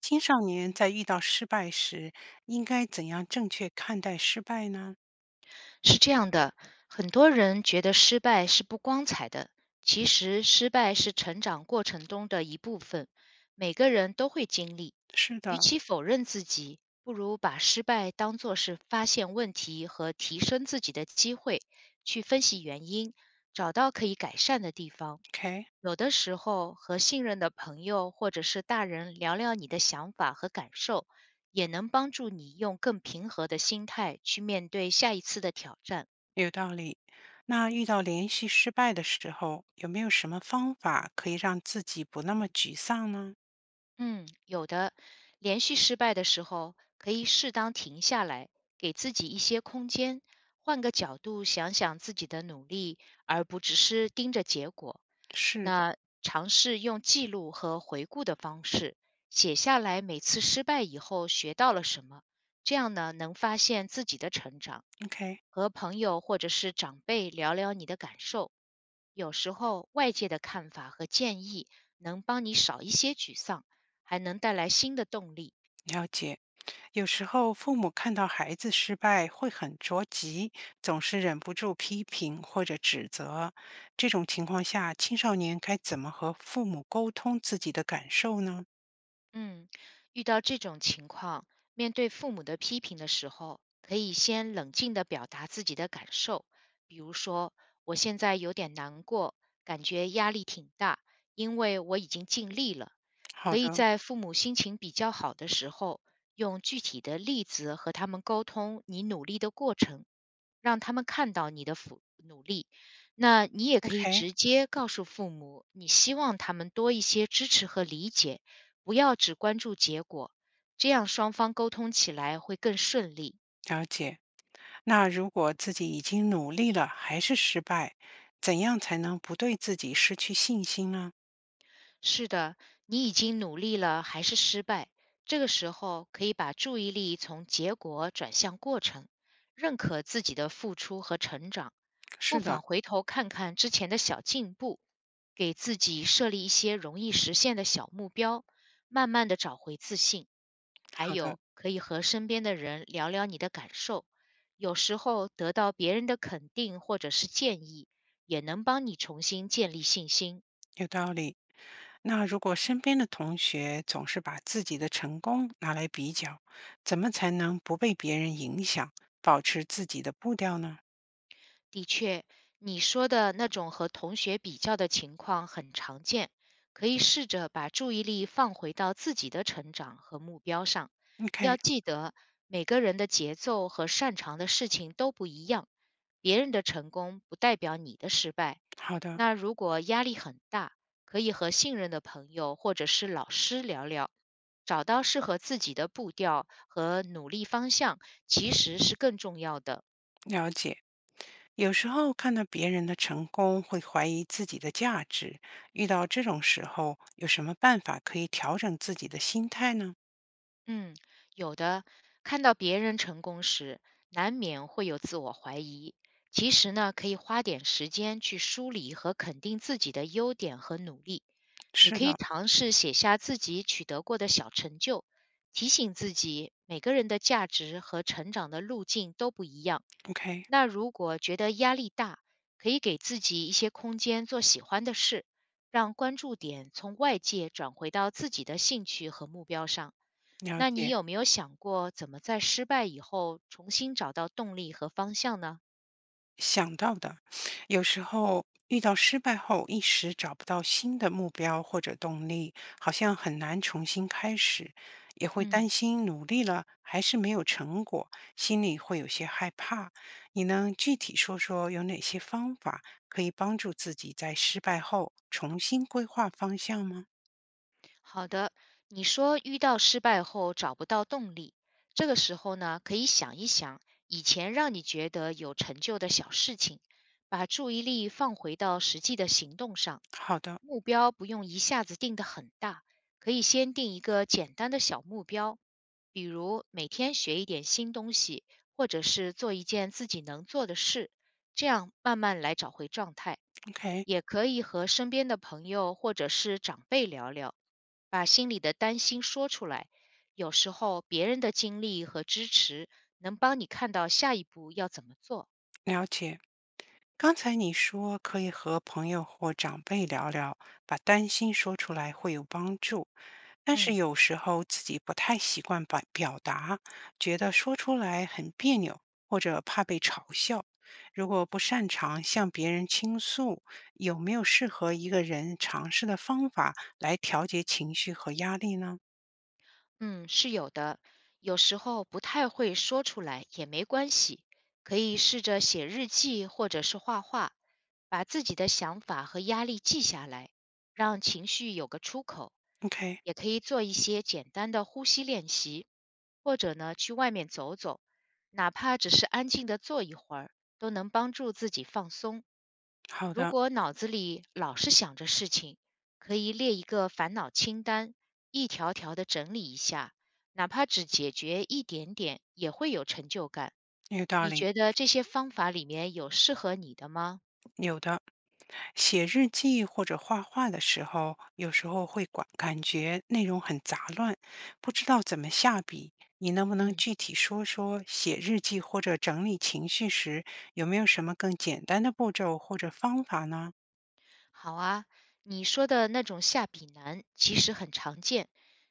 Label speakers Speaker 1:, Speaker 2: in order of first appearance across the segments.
Speaker 1: 青少年在遇到失败时，应该怎样正确看待失败呢？
Speaker 2: 是这样的，很多人觉得失败是不光彩的，其实失败是成长过程中的一部分，每个人都会经历。
Speaker 1: 是
Speaker 2: 与
Speaker 1: 的
Speaker 2: 其否认自己，不如把失败当作是发现问题和提升自己的机会，去分析原因，找到可以改善的地方。
Speaker 1: ，OK，
Speaker 2: 有的时候和信任的朋友或者是大人聊聊你的想法和感受，也能帮助你用更平和的心态去面对下一次的挑战。
Speaker 1: 有道理。那遇到连续失败的时候，有没有什么方法可以让自己不那么沮丧呢？
Speaker 2: 嗯，有的。连续失败的时候，可以适当停下来，给自己一些空间，换个角度想想自己的努力，而不只是盯着结果。
Speaker 1: 是的
Speaker 2: 那尝试用记录和回顾的方式，写下来每次失败以后学到了什么，这样呢，能发现自己的成长。
Speaker 1: ，OK，
Speaker 2: 和朋友或者是长辈聊聊你的感受，有时候外界的看法和建议能帮你少一些沮丧。还能带来新的动力。
Speaker 1: 了解。有时候父母看到孩子失败会很着急，总是忍不住批评或者指责。这种情况下，青少年该怎么和父母沟通自己的感受呢？
Speaker 2: 嗯，遇到这种情况，面对父母的批评的时候，可以先冷静地表达自己的感受，比如说，我现在有点难过，感觉压力挺大，因为我已经尽力了。
Speaker 1: 好
Speaker 2: 可以
Speaker 1: 的
Speaker 2: 在父母心情比较好的时候，用具体的例子和他们沟通你努力的过程。让他们看到你的付努力。那你也可以
Speaker 1: ，OK，
Speaker 2: 直接告诉父母，你希望他们多一些支持和理解，不要只关注结果，这样双方沟通起来会更顺利。
Speaker 1: 了解。那如果自己已经努力了，还是失败，怎样才能不对自己失去信心呢？
Speaker 2: 是的，你已经努力了，还是失败。这个时候可以把注意力从结果转向过程，认可自己的付出和成长，不
Speaker 1: 是的，
Speaker 2: 妨回头看看之前的小进步，给自己设立一些容易实现的小目标，慢慢的找回自信。还
Speaker 1: 好的，
Speaker 2: 有，可以和身边的人聊聊你的感受，有时候得到别人的肯定或者是建议，也能帮你重新建立信心。
Speaker 1: 有道理。那如果身边的同学总是把自己的成功拿来比较，怎么才能不被别人影响，保持自己的步调呢
Speaker 2: 的确，你说的那种和同学比较的情况很常见，可以试着把注意力放回到自己的成长和目标上。
Speaker 1: ？OK，
Speaker 2: 要记得，每个人的节奏和擅长的事情都不一样，别人的成功不代表你的失败。
Speaker 1: 好的，
Speaker 2: 那如果压力很大，可以和信任的朋友或者是老师聊聊，找到适合自己的步调和努力方向，其实是更重要的。
Speaker 1: 了解。有时候看到别人的成功，会怀疑自己的价值。遇到这种时候，有什么办法可以调整自己的心态呢？
Speaker 2: 嗯，有的，看到别人成功时，难免会有自我怀疑。其实呢，可以花点时间去梳理和肯定自己的优点和努力。你
Speaker 1: 是
Speaker 2: 可以
Speaker 1: 的
Speaker 2: 尝试写下自己取得过的小成就，提醒自己每个人的价值和成长的路径都不一样。
Speaker 1: ，OK，
Speaker 2: 那如果觉得压力大，可以给自己一些空间做喜欢的事，让关注点从外界转回到自己的兴趣和目标上。
Speaker 1: 了
Speaker 2: 那你
Speaker 1: 解，
Speaker 2: 有没有想过怎么在失败以后重新找到动力和方向呢？
Speaker 1: 想到的。有时候遇到失败后，一时找不到新的目标或者动力，好像很难重新开始，也会
Speaker 2: 嗯，
Speaker 1: 担心努力了还是没有成果，心里会有些害怕。你能具体说说有哪些方法可以帮助自己在失败后重新规划方向吗？
Speaker 2: 好的，你说遇到失败后找不到动力，这个时候呢，可以想一想以前让你觉得有成就的小事情，把注意力放回到实际的行动上。
Speaker 1: 好的
Speaker 2: 目标不用一下子定得很大，可以先定一个简单的小目标，比如每天学一点新东西，或者是做一件自己能做的事，这样慢慢来找回状态。
Speaker 1: ，OK，
Speaker 2: 也可以和身边的朋友或者是长辈聊聊，把心里的担心说出来。有时候别人的经历和支持能帮你看到下一步要怎么做。
Speaker 1: 了解。刚才你说可以和朋友或长辈聊聊，把担心说出来会有帮助，但是
Speaker 2: 嗯，
Speaker 1: 有时候自己不太习惯表达，觉得说出来很别扭，或者怕被嘲笑。如果不擅长向别人倾诉，有没有适合一个人尝试的方法来调节情绪和压力呢
Speaker 2: 嗯，是有的，有时候不太会说出来也没关系，可以试着写日记或者是画画，把自己的想法和压力记下来，让情绪有个出口。
Speaker 1: ？OK，
Speaker 2: 也可以做一些简单的呼吸练习，或者呢去外面走走，哪怕只是安静的坐一会儿，都能帮助自己放松。
Speaker 1: 好
Speaker 2: 如
Speaker 1: 的，
Speaker 2: 果脑子里老是想着事情，可以列一个烦恼清单，一条条的整理一下，哪怕只解决一点点，也会有成就感。
Speaker 1: 有道
Speaker 2: 你
Speaker 1: 理。
Speaker 2: 觉得这些方法里面有适合你的吗？
Speaker 1: 有的，写日记或者画画的时候，有时候会感觉内容很杂乱，不知道怎么下笔。你能不能
Speaker 2: 嗯。
Speaker 1: 具体说说写日记或者整理情绪时，有没有什么更简单的步骤或者方法呢
Speaker 2: 好啊，你说的那种下笔难其实很常见，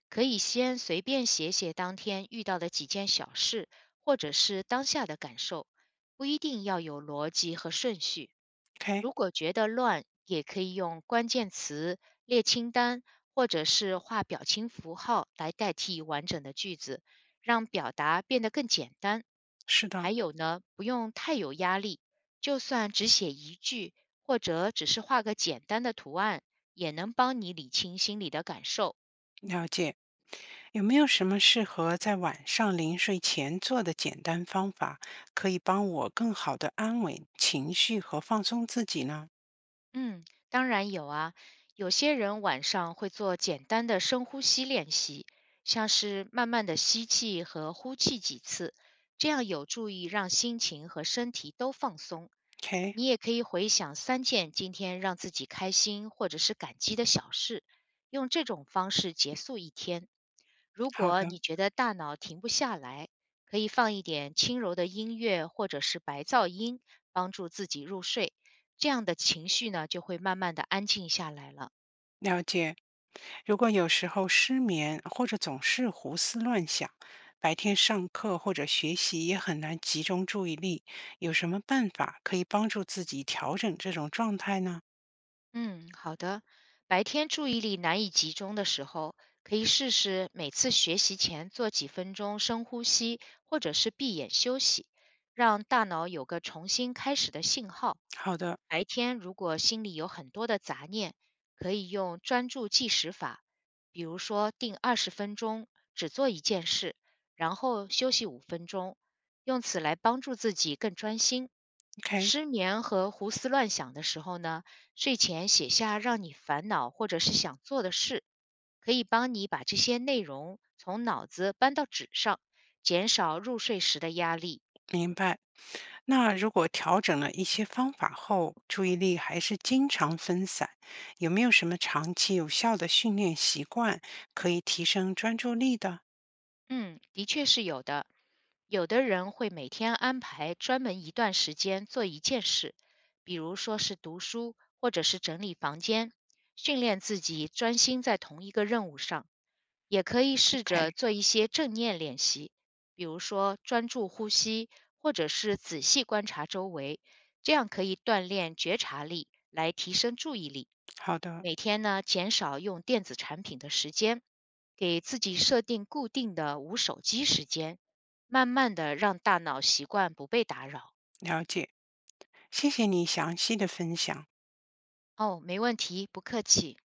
Speaker 2: 可以先随便写写当天遇到的几件小事，或者是当下的感受，不一定要有逻辑和顺序。
Speaker 1: ？OK，
Speaker 2: 如果觉得乱，也可以用关键词列清单，或者是画表情符号来代替完整的句子，让表达变得更简单。
Speaker 1: 是的，
Speaker 2: 还有呢，不用太有压力，就算只写一句，或者只是画个简单的图案，也能帮你理清心里的感受。
Speaker 1: 了解。有没有什么适合在晚上临睡前做的简单方法，可以帮我更好的安稳情绪和放松自己呢
Speaker 2: 嗯，当然有啊。有些人晚上会做简单的深呼吸练习，像是慢慢的吸气和呼气几次，这样有助于让心情和身体都放松。
Speaker 1: ？OK，
Speaker 2: 你也可以回想三件今天让自己开心或者是感激的小事，用这种方式结束一天。如
Speaker 1: 好
Speaker 2: 果
Speaker 1: 的。
Speaker 2: 你觉得大脑停不下来，可以放一点轻柔的音乐或者是白噪音，帮助自己入睡。这样的情绪呢，就会慢慢的安静下来了。
Speaker 1: 了解。如果有时候失眠或者总是胡思乱想，白天上课或者学习也很难集中注意力，有什么办法可以帮助自己调整这种状态呢？
Speaker 2: 嗯，好的。白天注意力难以集中的时候，可以试试每次学习前做几分钟深呼吸，或者是闭眼休息，让大脑有个重新开始的信号。
Speaker 1: 好的
Speaker 2: 白天如果心里有很多的杂念，可以用专注计时法，比如说定20分钟只做一件事，然后休息5分钟，用此来帮助自己更专心。
Speaker 1: ，OK，
Speaker 2: 失眠和胡思乱想的时候呢，睡前写下让你烦恼或者是想做的事，可以帮你把这些内容从脑子搬到纸上，减少入睡时的压力。
Speaker 1: 明白。那如果调整了一些方法后，注意力还是经常分散，有没有什么长期有效的训练习惯可以提升专注力的
Speaker 2: 嗯，的确是有的。有的人会每天安排专门一段时间做一件事，比如说是读书，或者是整理房间，训练自己专心在同一个任务上。也可以试着
Speaker 1: ？OK，
Speaker 2: 做一些正念练习，比如说专注呼吸，或者是仔细观察周围，这样可以锻炼觉察力，来提升注意力。
Speaker 1: 好的，
Speaker 2: 每天呢，减少用电子产品的时间，给自己设定固定的无手机时间，慢慢的让大脑习惯不被打扰。
Speaker 1: 了解。谢谢你详细的分享。
Speaker 2: 哦，没问题，不客气。